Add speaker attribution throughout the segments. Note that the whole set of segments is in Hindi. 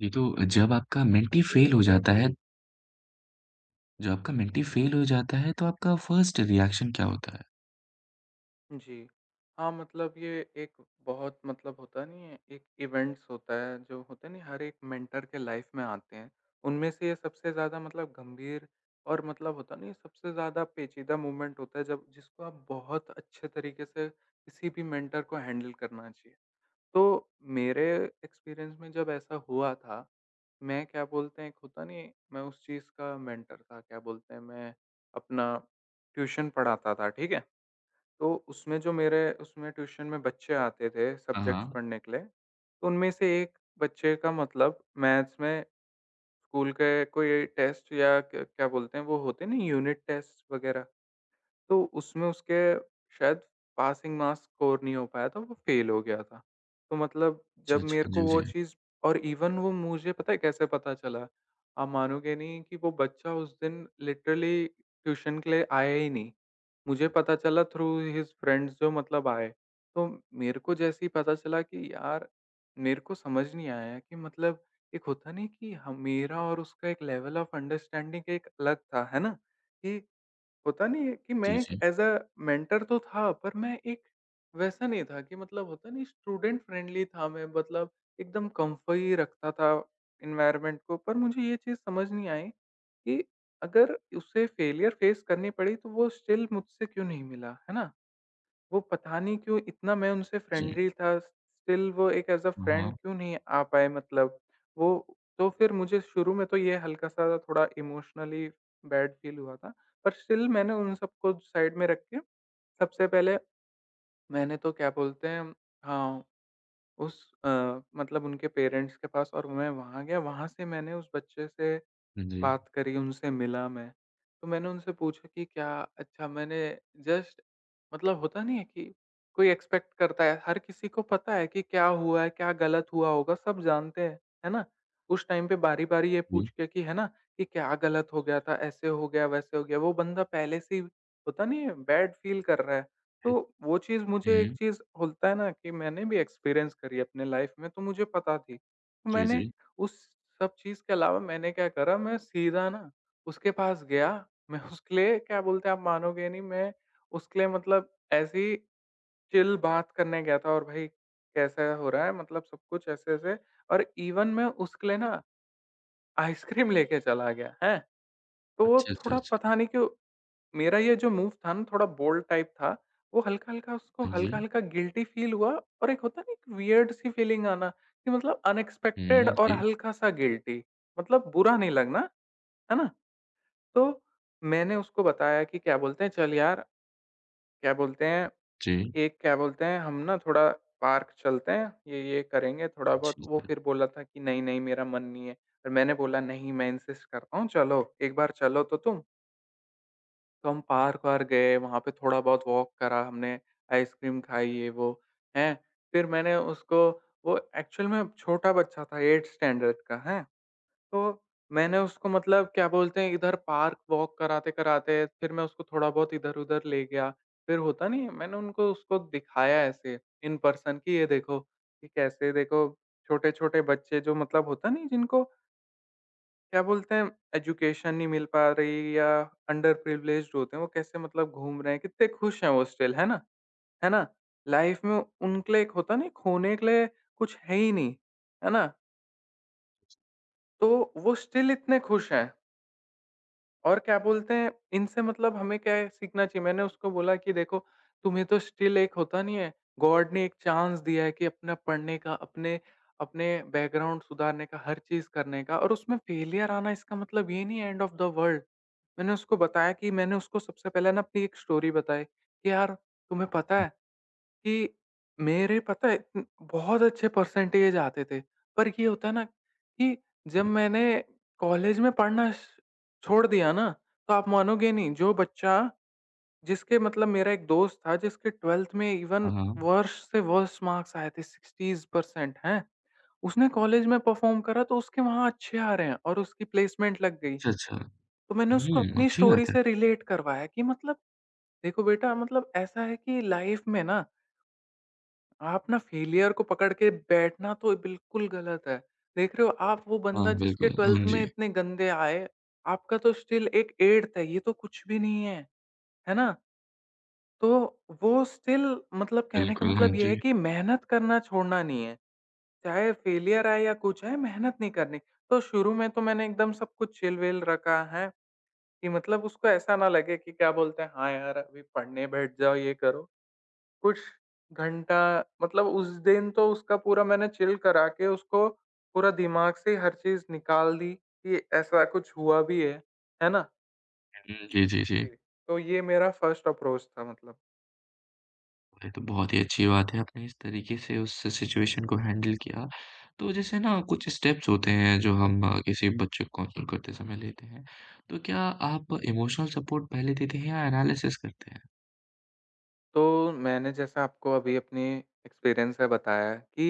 Speaker 1: जी, तो जब आपका मेंटी फेल हो जाता है जब आपका मेंटी फेल हो जाता है, तो आपका फर्स्ट रिएक्शन क्या होता है?
Speaker 2: जी। हाँ, मतलब ये एक बहुत मतलब होता नहीं है, एक इवेंट्स होता है, जो होता नहीं हर एक मेंटर के लाइफ़ में आते हैं। उनमें से ये सबसे ज़्यादा मतलब गंभीर और मतलब होता नहीं है, सबसे ज़्यादा पेचीदा मोमेंट होता है, जब जिसको आप बहुत अच्छे तरीके से किसी भी मेंटर को हैंडल करना चाहिए। तो मेरे एक्सपीरियंस में जब ऐसा हुआ था, मैं क्या बोलते हैं, एक होता नहीं है, मैं उस चीज़ का मेंटर था, क्या बोलते हैं, मैं अपना ट्यूशन पढ़ाता था, ठीक है? तो उसमें जो मेरे उसमें ट्यूशन में बच्चे आते थे
Speaker 1: हाँ,
Speaker 2: सब्जेक्ट्स
Speaker 1: हाँ।
Speaker 2: पढ़ने के लिए, तो उनमें से एक बच्चे का मतलब मैथ्स में स्कूल के कोई टेस्ट या क क्या बोलते हैं वो होते हैं ना यूनिट टेस्ट वगैरह? तो उसमें उसके शायद पासिंग मार्क्स स्कोर नहीं हो पाया था, वो फ़ेल हो गया था। तो मतलब
Speaker 1: अच्छा,
Speaker 2: जब मेरे
Speaker 1: अच्छा।
Speaker 2: को
Speaker 1: जी,
Speaker 2: वो
Speaker 1: जी।
Speaker 2: चीज़, और इवन वो, मुझे पता है कैसे पता चला? आप मानोगे नहीं कि वो बच्चा उस दिन लिटरली ट्यूशन के लिए आया ही नहीं। मुझे पता चला थ्रू हिज़ फ्रेंड्स जो मतलब आए। तो मेरे को जैसे ही पता चला कि यार, मेरे को समझ नहीं आया कि मतलब एक होता नहीं कि ह मेरा और उसका एक लेवल ऑफ अंडरस्टैंडिंग एक अलग था, है ना? कि होता नहीं है कि
Speaker 1: जी,
Speaker 2: मैं एक
Speaker 1: जी।
Speaker 2: एज़ अ मेंटर तो था, पर मैं एक वैसा नहीं था कि मतलब होता नहीं स्टूडेंट फ्रेंडली था, मैं मतलब एकदम कम्फ़ी रखता था एनवायरनमेंट को। पर मुझे ये चीज़ समझ नहीं आई कि अगर उसे फेलियर फेस करनी पड़ी, तो वो स्टिल मुझसे क्यों नहीं मिला, है ना? वो पता नहीं क्यों, इतना मैं उनसे
Speaker 1: जी।
Speaker 2: फ्रेंडली था, स्टिल वो एक ऐज़ अ
Speaker 1: हाँ,
Speaker 2: फ्रेंड
Speaker 1: हाँ।
Speaker 2: क्यों नहीं आ पाए मतलब। वो तो फिर मुझे शुरू में तो ये हल्का-सा थोड़ा इमोशनली बैड फील हुआ था। पर स्टिल मैंने उन सबको साइड में रख के, सबसे पहले मैंने तो क्या बोलते हैं, हाँ, उस मतलब उनके पेरेंट्स के पास, और मैं वहाँ गया, वहाँ से मैंने उस बच्चे से
Speaker 1: हाँ जी।
Speaker 2: बात करी, उनसे मिला मैं, तो मैंने उनसे पूछा कि क्या, अच्छा, मैंने जस्ट मतलब होता नहीं है कि कोई एक्सपेक्ट करता है, हर किसी को पता है कि क्या हुआ है, क्या गलत हुआ होगा, सब जानते हैं, है ना? उस टाइम पे बारी-बारी ये पूछ
Speaker 1: जी,
Speaker 2: के कि है ना, कि क्या गलत हो गया था, ऐसे हो गया, वैसे हो गया, वो बंदा पहले से ही होता नहीं है बैड फ़ील कर रहा है। तो
Speaker 1: जी।
Speaker 2: वो चीज़ मुझे, एक
Speaker 1: हुँ।
Speaker 2: चीज़ होता है ना, कि मैंने भी एक्सपीरियंस करी है अपने लाइफ़ में, तो मुझे पता थी। तो
Speaker 1: जी,
Speaker 2: मैंने
Speaker 1: जी।
Speaker 2: उस सब चीज़ के अलावा मैंने क्या करा, मैं सीधा ना उसके पास गया, मैं उसके लिए क्या बोलते हैं, आप मानोगे नहीं, मैं उसके लिए मतलब ऐसे ही चिल बात करने गया था, और भाई कैसा हो रहा है मतलब सब कुछ ऐसे-ऐसे, और इवन मैं उसके लिए ना आइसक्रीम लेके चला गया, हैं? तो वो
Speaker 1: अच्छा, अच्छा,
Speaker 2: थोड़ा
Speaker 1: अच्छा।
Speaker 2: पता नहीं क्यों, मेरा ये जो मूव था ना थोड़ा बोल्ड टाइप था, वो हल्का-हल्का उसको
Speaker 1: हाँ जी।
Speaker 2: हल्का-हल्का गिल्टी फ़ील हुआ, और एक होता है ना, एक वियर्ड सी फ़ीलिंग आना कि मतलब अनएक्सपेक्टेड
Speaker 1: हुँ,
Speaker 2: और
Speaker 1: जी।
Speaker 2: हल्का-सा गिल्टी, मतलब बुरा नहीं लगना, है ना? तो मैंने उसको बताया कि क्या बोलते हैं, चल यार, क्या बोलते हैं,
Speaker 1: जी।
Speaker 2: एक क्या बोलते हैं, हम ना थोड़ा पार्क चलते हैं, ये-ये करेंगे थोड़ा बहुत,
Speaker 1: अच्छा,
Speaker 2: वो
Speaker 1: अच्छा।
Speaker 2: फिर बोला था कि नहीं-नहीं मेरा मन नहीं है। और मैंने बोला, नहीं, मैं इंसिस्ट करता हूँ, चलो, एक बार चलो तो तुम। तो हम पार्क-वार्क गए, वहाँ पे थोड़ा बहुत वॉक करा हमने, आइसक्रीम खाई ये वो, हैं। फिर मैंने उसको, वो एक्चुअल में छोटा बच्चा था 8th स्टैंडर्ड का, हैं। तो मैंने उसको मतलब क्या बोलते हैं, इधर पार्क वॉक कराते-कराते फिर मैं उसको थोड़ा बहुत इधर-उधर ले गया। फिर होता नहीं है, मैंने उनको, उसको दिखाया ऐसे इन पर्सन, कि ये देखो, कि कैसे देखो, छोटे-छोटे बच्चे जो मतलब होता नहीं, जिनको क्या बोलते हैं, एजुकेशन नहीं मिल पा रही, या अंडर प्रिविलेज्ड होते हैं, वो कैसे मतलब घूम रहे हैं, कितने खुश हैं वो स्टिल, है ना, है ना, लाइफ में उनके लिए एक होता नहीं, खोने के लिए कुछ है ही नहीं, है ना? तो वो स्टिल इतने खुश हैं, और क्या बोलते हैं, इनसे मतलब हमें क्या है, सीखना चाहिए। मैंने उसको बोला कि देखो, तुम्हें तो स्टिल एक होता नहीं है, गॉड ने एक चांस दिया है कि अपना पढ़ने का, अपने अपने बैकग्राउंड सुधारने का, हर चीज़ करने का, और उसमें फेलियर आना इसका मतलब ये नहीं है एंड ऑफ द वर्ल्ड। मैंने उसको बताया कि मैंने उसको सबसे पहले ना अपनी एक स्टोरी बताई कि यार, तुम्हें पता है कि, मेरे पता है बहुत अच्छे परसेंटेज आते थे। पर ये होता है ना कि जब मैंने कॉलेज में पढ़ना श छोड़ दिया ना, तो आप मानोगे नहीं, जो बच्चा जिसके मतलब, मेरा एक दोस्त था जिसके 12th में
Speaker 1: हाँ,
Speaker 2: इवन
Speaker 1: हाँ।
Speaker 2: वर्स्ट से वर्स्ट मार्क्स आए थे 60% हैं। उसने कॉलेज में परफ़ॉर्म करा, तो उसके वहाँ अच्छे आ रहे हैं, और उसकी प्लेसमेंट लग गई।
Speaker 1: अच्छा, अच्छा।
Speaker 2: तो मैंने उसको
Speaker 1: हुँ,
Speaker 2: अपनी
Speaker 1: अच्छी
Speaker 2: स्टोरी
Speaker 1: बात है।
Speaker 2: से रिलेट करवाया कि मतलब देखो बेटा, मतलब ऐसा है कि लाइफ़ में ना, आप ना फेलियर को पकड़ के बैठना तो बिल्कुल गलत है। देख रहे हो आप, वो बंदा
Speaker 1: हाँ,
Speaker 2: जिसके
Speaker 1: बिल्कुल। हाँ
Speaker 2: 12th
Speaker 1: जी।
Speaker 2: में इतने गंदे आए, आपका तो स्टिल एक 8th है, ये तो कुछ भी नहीं है, है ना? तो वो स्टिल मतलब, कहने का
Speaker 1: बिल्कुल, हाँ
Speaker 2: मतलब ये है
Speaker 1: जी।
Speaker 2: कि मेहनत करना छोड़ना नहीं है। चाहे फेलियर आए या कुछ आए, मेहनत नहीं करनी। तो शुरू में तो मैंने एकदम सब कुछ चिल-विल रखा है कि मतलब उसको ऐसा ना लगे कि क्या बोलते हैं, हाँ यार, अभी पढ़ने बैठ जाओ, ये करो। कुछ घंटा मतलब उस दिन तो उसका पूरा मैंने चिल करा के उसको पूरा दिमाग से हर चीज़ निकाल दी कि ऐसा कुछ हुआ भी है ना?
Speaker 1: हुँ, जी, जी, जी।
Speaker 2: जी, तो ये मेरा फर्स्ट अप्रोच था मतलब।
Speaker 1: ये तो बहुत ही अच्छी बात है, आपने इस तरीके से उस सिचुएशन को हैंडल किया। तो जैसे ना कुछ स्टेप्स होते हैं जो हम किसी बच्चे को काउंसल करते समय लेते हैं। तो क्या आप इमोशनल सपोर्ट पहले देते हैं या एनालिसिस करते हैं?
Speaker 2: तो मैंने जैसा आपको अभी अपनी एक्सपीरियंस से बताया कि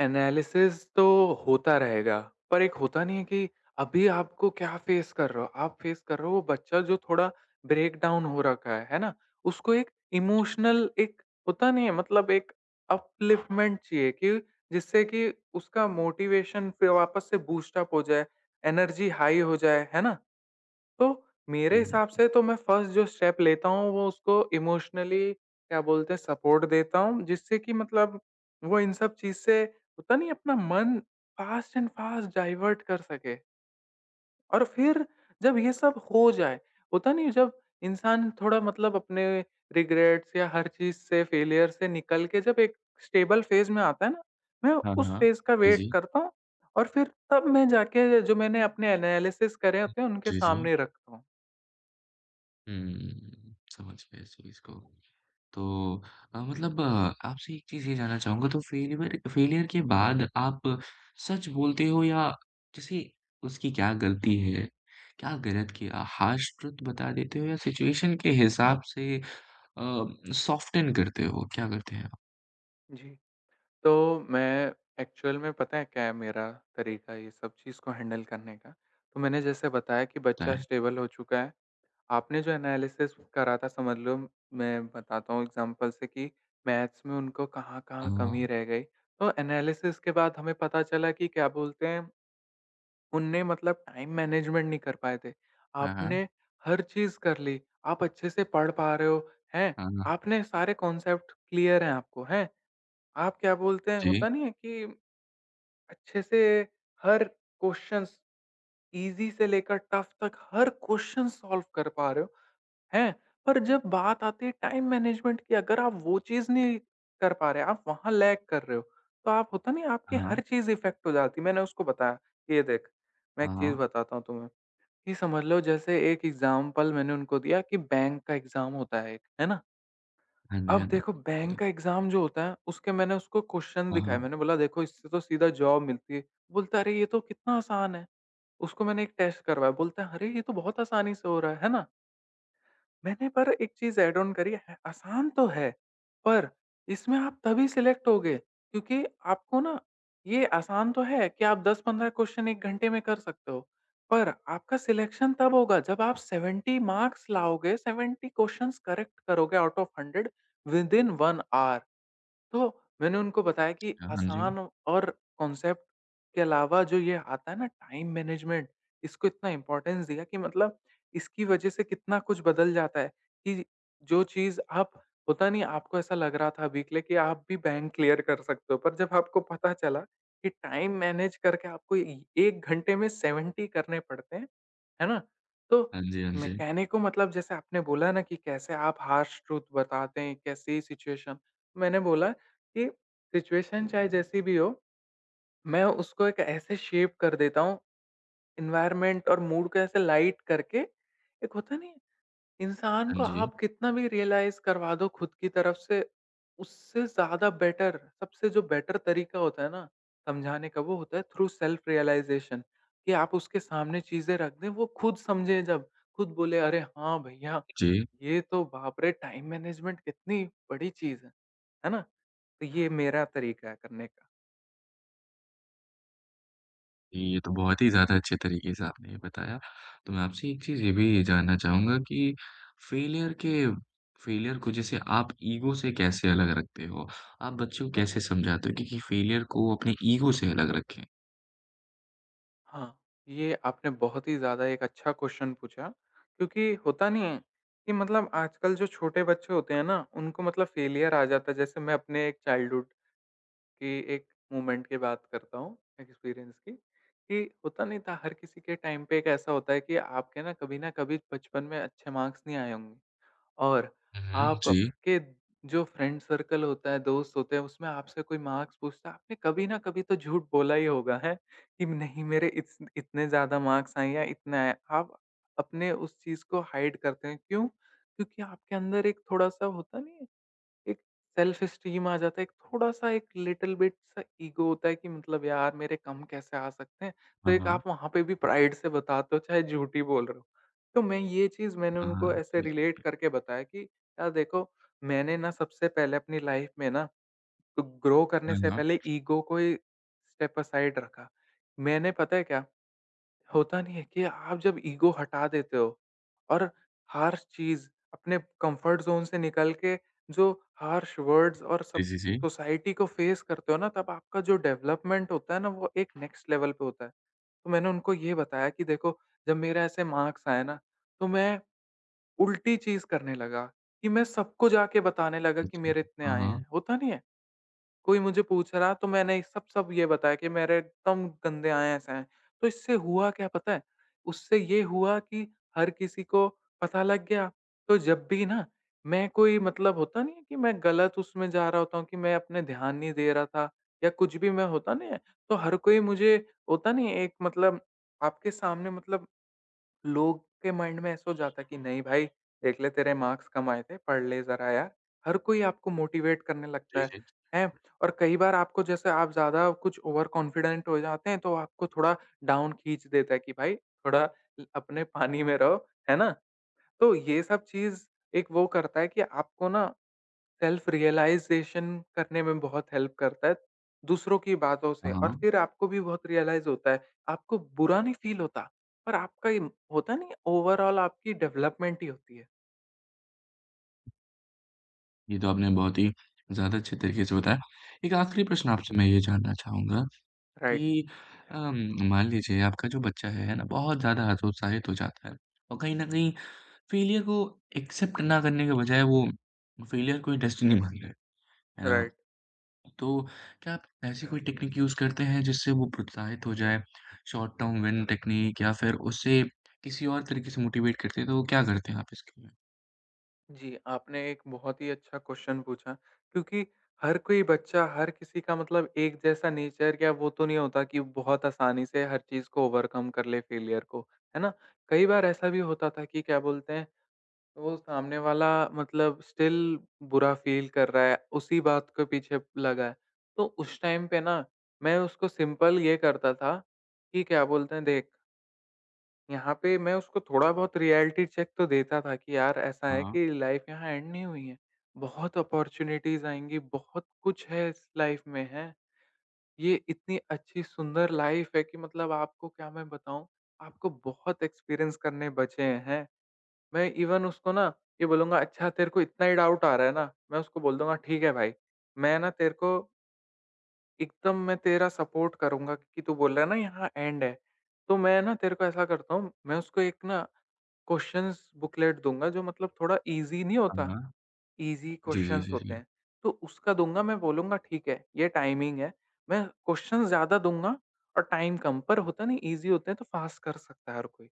Speaker 2: एनालिसिस तो होता रहेगा, पर एक होता नहीं है कि अभी आपको क्या फ़ेस कर रहे हो, आप फ़ेस कर रहे हो वो बच्चा जो थोड़ा ब्रेकडाउन हो रखा है ना? उसको एक इमोशनल, एक होता नहीं है, मतलब एक अपलिफ्टमेंट चाहिए कि जिससे कि उसका मोटिवेशन फिर वापस से बूस्ट अप हो जाए, एनर्जी हाई हो जाए, है ना? तो मेरे
Speaker 1: जी।
Speaker 2: हिसाब से तो मैं फर्स्ट जो स्टेप लेता हूँ, वो उसको इमोशनली क्या बोलते हैं, सपोर्ट देता हूँ जिससे कि मतलब वो इन सब चीज़ से होता नहीं अपना मन फास्ट एंड फास्ट डाइवर्ट कर सके। और फिर जब ये सब हो जाए, होता नहीं, जब इंसान थोड़ा मतलब अपने रिग्रेट्स या हर चीज़ से, फेलियर से निकल के जब एक स्टेबल फेज में आता है ना, मैं
Speaker 1: हाँ,
Speaker 2: उस
Speaker 1: हाँ।
Speaker 2: फेज का
Speaker 1: जी,
Speaker 2: वेट
Speaker 1: जी।
Speaker 2: करता हूँ, और फिर तब मैं जाके जो मैंने अपने एनालिसिस करे होते हैं उनके
Speaker 1: जी, जी।
Speaker 2: सामने रखता हूँ।
Speaker 1: हुँ, समझ गया इस चीज़ को। तो मतलब आपसे एक चीज़ ये जानना चाहूँगा तो फेलिवर फेलियर के बाद आप सच बोलते हो या जैसे उसकी क्या गलती है? क्या गलत किया? हार्श ट्रुथ बता देते हो या सिचुएशन के हिसाब से अ, सॉफ्टन करते हो? क्या करते हैं आप?
Speaker 2: जी। तो मैं एक्चुअल में, पता है क्या है मेरा तरीका ये सब चीज़ को हैंडल करने का? तो मैंने जैसे बताया कि बच्चा
Speaker 1: बताएँ।
Speaker 2: स्टेबल हो चुका है। आपने जो एनालिसिस करा था, समझ लो मैं बताता हूँ एग्ज़ाम्पल से, कि मैथ्स में उनको कहाँ-कहाँ कमी
Speaker 1: हाँ,
Speaker 2: रह गई। तो एनालिसिस के बाद हमें पता चला कि क्या बोलते हैं, उनने मतलब टाइम मैनेजमेंट नहीं कर पाए थे।
Speaker 1: हाँ,
Speaker 2: आपने
Speaker 1: हाँ,
Speaker 2: हर चीज़ कर ली, आप अच्छे से पढ़ पा रहे हो, हैं?
Speaker 1: हाँ, हाँ।
Speaker 2: आपने सारे कॉन्सेप्ट क्लियर हैं आपको, हैं? आप क्या बोलते हैं,
Speaker 1: जी।
Speaker 2: होता नहीं है कि अच्छे से हर क्वेश्चन्स ईज़ी से लेकर टफ तक, हर क्वेश्चन सॉल्व कर पा रहे हो, हैं? पर जब बात आती है टाइम मैनेजमेंट की, अगर आप वो चीज़ नहीं कर पा रहे, आप वहाँ लैग कर रहे हो, तो आप होता नहीं है, आपकी
Speaker 1: हाँ,
Speaker 2: हर चीज़ इफ़ेक्ट हो जाती है। मैंने उसको बताया, ये देख, मैं एक
Speaker 1: हाँ,
Speaker 2: चीज़
Speaker 1: हाँ।
Speaker 2: बताता हूँ तुम्हें, ये समझ लो जैसे एक एग्ज़ाम्पल मैंने उनको दिया कि बैंक का एग्ज़ाम होता है एक, है ना?
Speaker 1: हाँ जी,
Speaker 2: अब
Speaker 1: हाँ जी।
Speaker 2: देखो बैंक का एग्ज़ाम जो होता है, उसके मैंने उसको क्वेश्चन
Speaker 1: हाँ,
Speaker 2: दिखाए,
Speaker 1: हाँ।
Speaker 2: मैंने बोला देखो इससे तो सीधा जॉब मिलती है। बोलता है, "अरे! ये तो कितना आसान है।" उसको मैंने एक टेस्ट करवाया, बोलता है, "अरे! ये तो बहुत आसानी से हो रहा है।" है ना? मैंने पर एक चीज़ ऐड ऑन करी है, आसान तो है, पर इसमें आप तभी सिलेक्ट होगे क्योंकि आपको ना ये आसान तो है कि आप 10-15 क्वेश्चन 1 घंटे में कर सकते हो। पर आपका सिलेक्शन तब होगा जब आप 70 मार्क्स लाओगे, 70 क्वेश्चन्स करेक्ट करोगे आउट ऑफ 100 विदिन 1 ऑवर। तो मैंने उनको बताया कि
Speaker 1: हाँ जी।
Speaker 2: आसान और कॉन्सेप्ट के अलावा जो ये आता है ना टाइम मैनेजमेंट, इसको इतना इम्पोर्टेंस दिया कि मतलब इसकी वज़ह से कितना कुछ बदल जाता है कि जो चीज़ आप होता नहीं आपको ऐसा लग रहा था अभी के लिए कि आप भी बैंक क्लियर कर सकते हो, पर जब आपको पता चला कि टाइम मैनेज करके आपको इ 1 घंटे में 70 करने पड़ते हैं, है ना? तो
Speaker 1: हाँ जी, हाँ जी।
Speaker 2: मैकेनिक को मतलब जैसे आपने बोला ना कि कैसे आप हार्श ट्रूथ बताते हैं, कैसी सिचुएशन। मैंने बोला कि सिचुएशन चाहे जैसी भी हो, मैं उसको एक ऐसे शेप कर देता हूँ, एनवायरनमेंट और मूड को ऐसे लाइट करके। एक होता नहीं है इंसान
Speaker 1: हाँ
Speaker 2: को
Speaker 1: जी।
Speaker 2: आप कितना भी रियलाइज़ करवा दो खुद की तरफ से, उससे ज़्यादा बेटर सबसे जो बेटर तरीका होता है ना, समझाने का वो होता है थ्रू सेल्फ रियलाइज़ेशन कि आप उसके सामने चीज़ें रख दें, वो खुद समझे जब, खुद बोले अरे हाँ भैया,
Speaker 1: जी।
Speaker 2: ये तो बाप रे! टाइम मैनेजमेंट कितनी बड़ी चीज़ है। है ना? तो ये मेरा तरीका है करने का।
Speaker 1: जी, ये तो बहुत ही ज़्यादा अच्छे तरीके से आपने ये बताया। तो मैं आपसे एक चीज़ ये भी जानना चाहूँगा कि फेलियर के फेलियर को जैसे आप ईगो से कैसे अलग रखते हो? आप बच्चों को कैसे समझाते हो कि फेलियर को अपने ईगो से अलग रखें?
Speaker 2: हाँ, ये आपने बहुत ही ज़्यादा एक अच्छा क्वेश्चन पूछा, क्योंकि होता नहीं है कि मतलब आजकल जो छोटे बच्चे होते हैं ना, उनको मतलब फेलियर आ जाता है। जैसे मैं अपने एक चाइल्डहुड की एक मोमेंट की बात करता हूँ, एक्सपीरियंस की, कि होता नहीं था हर किसी के टाइम पे एक ऐसा होता है कि आपके ना कभी न कभी बचपन में अच्छे मार्क्स नहीं आए होंगे। और
Speaker 1: हुँ, हुँ,
Speaker 2: आप
Speaker 1: जी।
Speaker 2: आपके जो फ्रेंड सर्कल होता है, दोस्त होते हैं, उसमें आपसे कोई मार्क्स पूछता है, आपने कभी ना कभी तो झूठ बोला ही होगा, हैं? कि नहीं मेरे इस इतने ज़्यादा मार्क्स आए या इतना आया। आप अपने उस चीज़ को हाइड करते हैं, क्यों? क्योंकि आपके अंदर एक थोड़ा-सा होता नहीं है एक सेल्फ एस्टीम आ जाता है, एक थोड़ा-सा एक लिटिल बिट सा ईगो होता है कि मतलब यार मेरे कम कैसे आ सकते हैं, तो
Speaker 1: हाँ,
Speaker 2: एक
Speaker 1: हाँ।
Speaker 2: आप वहाँ पे भी प्राइड से बताते हो चाहे झूठ ही बोल रहे हो। तो मैं ये चीज़ मैंने
Speaker 1: हाँ,
Speaker 2: उनको
Speaker 1: हाँ।
Speaker 2: ऐसे
Speaker 1: जी,
Speaker 2: रिलेट
Speaker 1: जी।
Speaker 2: करके बताया कि यार देखो, मैंने ना सबसे पहले अपनी लाइफ में ना ग्रो करने
Speaker 1: हाँ,
Speaker 2: से
Speaker 1: हाँ।
Speaker 2: पहले ईगो को ही स्टेप असाइड रखा। मैंने पता है क्या होता नहीं है कि आप जब ईगो हटा देते हो और हार्श चीज़ अपने कंफर्ट ज़ोन से निकल के जो हार्श वर्ड्स और
Speaker 1: जी,
Speaker 2: सब
Speaker 1: जी, जी।
Speaker 2: सोसाइटी को फेस करते हो ना, तब आपका जो डेवलपमेंट होता है ना, वो एक नेक्स्ट लेवल पे होता है। तो मैंने उनको ये बताया कि देखो, जब मेरे ऐसे मार्क्स आए ना, तो मैं उल्टी चीज़ करने लगा कि मैं सबको जाके बताने लगा कि
Speaker 1: अच्छा।
Speaker 2: मेरे इतने
Speaker 1: हाँ,
Speaker 2: आए हैं,
Speaker 1: हाँ।
Speaker 2: होता नहीं है? कोई मुझे पूछ रहा तो मैंने सब सब ये बताया कि मेरे एकदम गंदे आए ऐसे हैं। तो इससे हुआ क्या पता है? उससे ये हुआ कि हर किसी को पता लग गया। तो जब भी ना मैं कोई मतलब होता नहीं है कि मैं गलत उसमें जा रहा होता हूँ कि मैं अपने ध्यान नहीं दे रहा था या कुछ भी मैं होता नहीं है, तो हर कोई मुझे होता नहीं है एक मतलब आपके सामने मतलब लोग के माइंड में ऐसा हो जाता कि नहीं भाई, देख ले तेरे मार्क्स कम आए थे, पढ़ ले ज़रा यार। हर कोई आपको मोटिवेट करने लगता
Speaker 1: जी,
Speaker 2: है,
Speaker 1: जी।
Speaker 2: हैं? और कई बार आपको जैसे आप ज़्यादा कुछ ओवर कॉन्फिडेंट हो जाते हैं तो आपको थोड़ा डाउन खींच देता है कि भाई थोड़ा ल अपने पानी में रहो, है ना? तो ये सब चीज़ एक वो करता है कि आपको ना सेल्फ रियलाइज़ेशन करने में बहुत हेल्प करता है, दूसरों की बातों से
Speaker 1: हाँ,
Speaker 2: और
Speaker 1: हाँ।
Speaker 2: फिर आपको भी बहुत रियलाइज़ होता है, आपको बुरा नहीं फ़ील होता, पर आपका ये होता नहीं है ओवरऑल आपकी डेवलपमेंट ही होती है।
Speaker 1: ये तो आपने बहुत ही ज़्यादा अच्छे तरीके से बताया। एक आखिरी प्रश्न आपसे मैं ये जानना चाहूँगा
Speaker 2: राइट,
Speaker 1: कि अम, मान लीजिए आपका जो बच्चा है ना? बहुत ज़्यादा हतोत्साहित हो जाता है और कहीं न कहीं फेलियर को एक्सेप्ट ना करने के बजाय वो फेलियर को ही डेस्टिनी मान ले, है ना?
Speaker 2: राइट।
Speaker 1: तो क्या आप ऐसी कोई टेक्निक यूज़ करते हैं जिससे वो प्रोत्साहित हो जाए? शॉर्ट टर्म विन टेक्निक या फिर उसे किसी और तरीके से मोटिवेट करते हैं, तो क्या करते हैं आप इसके लिए?
Speaker 2: जी, आपने एक बहुत ही अच्छा क्वेश्चन पूछा क्योंकि हर कोई बच्चा, हर किसी का मतलब एक जैसा नेचर या वो तो नहीं होता कि बहुत आसानी से हर चीज़ को ओवरकम कर ले फ़ेलियर को, है ना? कई बार ऐसा भी होता था कि क्या बोलते हैं, वो सामने वाला मतलब स्टिल बुरा फ़ील कर रहा है, उसी बात के पीछे लगा है। तो उस टाइम पे ना मैं उसको सिंपल ये करता था कि क्या बोलते हैं देख, यहाँ पे मैं उसको थोड़ा बहुत रियलिटी चेक तो देता था कि यार ऐसा है
Speaker 1: हाँ,
Speaker 2: कि लाइफ़ यहाँ एंड नहीं हुई है। बहुत अपॉर्च्युनिटीज़ आएँगी, बहुत कुछ है इस लाइफ़ में, हैं। ये इतनी अच्छी सुंदर लाइफ़ है कि मतलब आपको क्या मैं बताऊँ, आपको बहुत एक्सपीरियंस करने बचे हैं। मैं इवन उसको ना ये बोलूँगा, अच्छा तेरे को इतना ही डाउट आ रहा है ना, मैं उसको बोल दूँगा ठीक है भाई, मैं ना तेरे को एकदम मैं तेरा सपोर्ट करूँगा कि तू बोल रहा है ना यहाँ एंड है। तो मैं ना तेरे को ऐसा करता हूँ, मैं उसको एक ना क्वेश्चंस बुकलेट दूँगा जो मतलब थोड़ा ईज़ी नहीं
Speaker 1: हाँ,
Speaker 2: होता,
Speaker 1: हाँ।
Speaker 2: ईज़ी
Speaker 1: जी, जी,
Speaker 2: क्वेश्चंस
Speaker 1: जी,
Speaker 2: होते
Speaker 1: जी।
Speaker 2: हैं। तो उसका दूँगा, मैं बोलूँगा ठीक है, ये टाइमिंग है। मैं क्वेश्चंस ज़्यादा दूँगा और टाइम कम, पर होता नहीं ईज़ी होते हैं तो फास्ट कर सकता है हर कोई।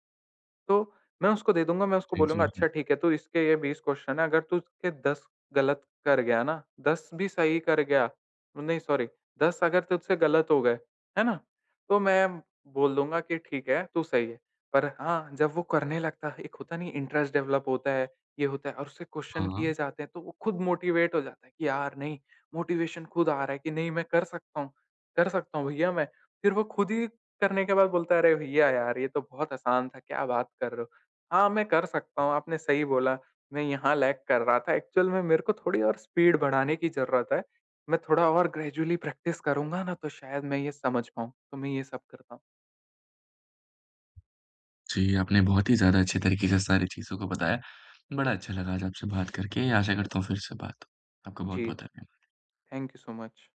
Speaker 2: तो मैं उसको दे दूँगा, मैं उसको
Speaker 1: जी,
Speaker 2: बोलूँगा
Speaker 1: जी,
Speaker 2: अच्छा
Speaker 1: जी।
Speaker 2: ठीक है, तू इसके ये 20 क्वेश्चन है, अगर तू इसके 10 गलत कर गया ना, 10 भी सही कर गया नहीं सॉरी 10 अगर तुझसे गलत हो गए, है ना? तो मैं बोल दूँगा कि ठीक है, तू सही है। पर हाँ, जब वो करने लगता है, एक होता नहीं इंटरेस्ट डेवलप होता है, ये होता है और उससे क्वेश्चन किए
Speaker 1: हाँ।
Speaker 2: जाते हैं तो वो खुद मोटिवेट हो जाता है कि यार नहीं, मोटिवेशन खुद आ रहा है कि नहीं मैं कर सकता हूँ भैया मैं। फिर वो खुद ही करने के बाद बोलता है, "अरे भैया यार, ये तो बहुत आसान था, क्या बात कर रहे हो?" हाँ, मैं कर सकता हूँ, आपने सही बोला, मैं यहाँ लैग कर रहा था। एक्चुअल में मेरे को थोड़ी और स्पीड बढ़ाने की ज़रूरत है। मैं थोड़ा और ग्रेजुअली प्रैक्टिस करूँगा ना, तो शायद मैं ये समझ पाऊँ। तो मैं ये सब करता हूँ।
Speaker 1: जी, आपने बहुत ही ज़्यादा अच्छे तरीके से सारी चीज़ों को बताया। बड़ा अच्छा लगा आज आपसे बात करके। आशा करता हूँ फिर से बात हो। आपका
Speaker 2: जी,
Speaker 1: बहुत-बहुत धन्यवाद।
Speaker 2: Thank you so much.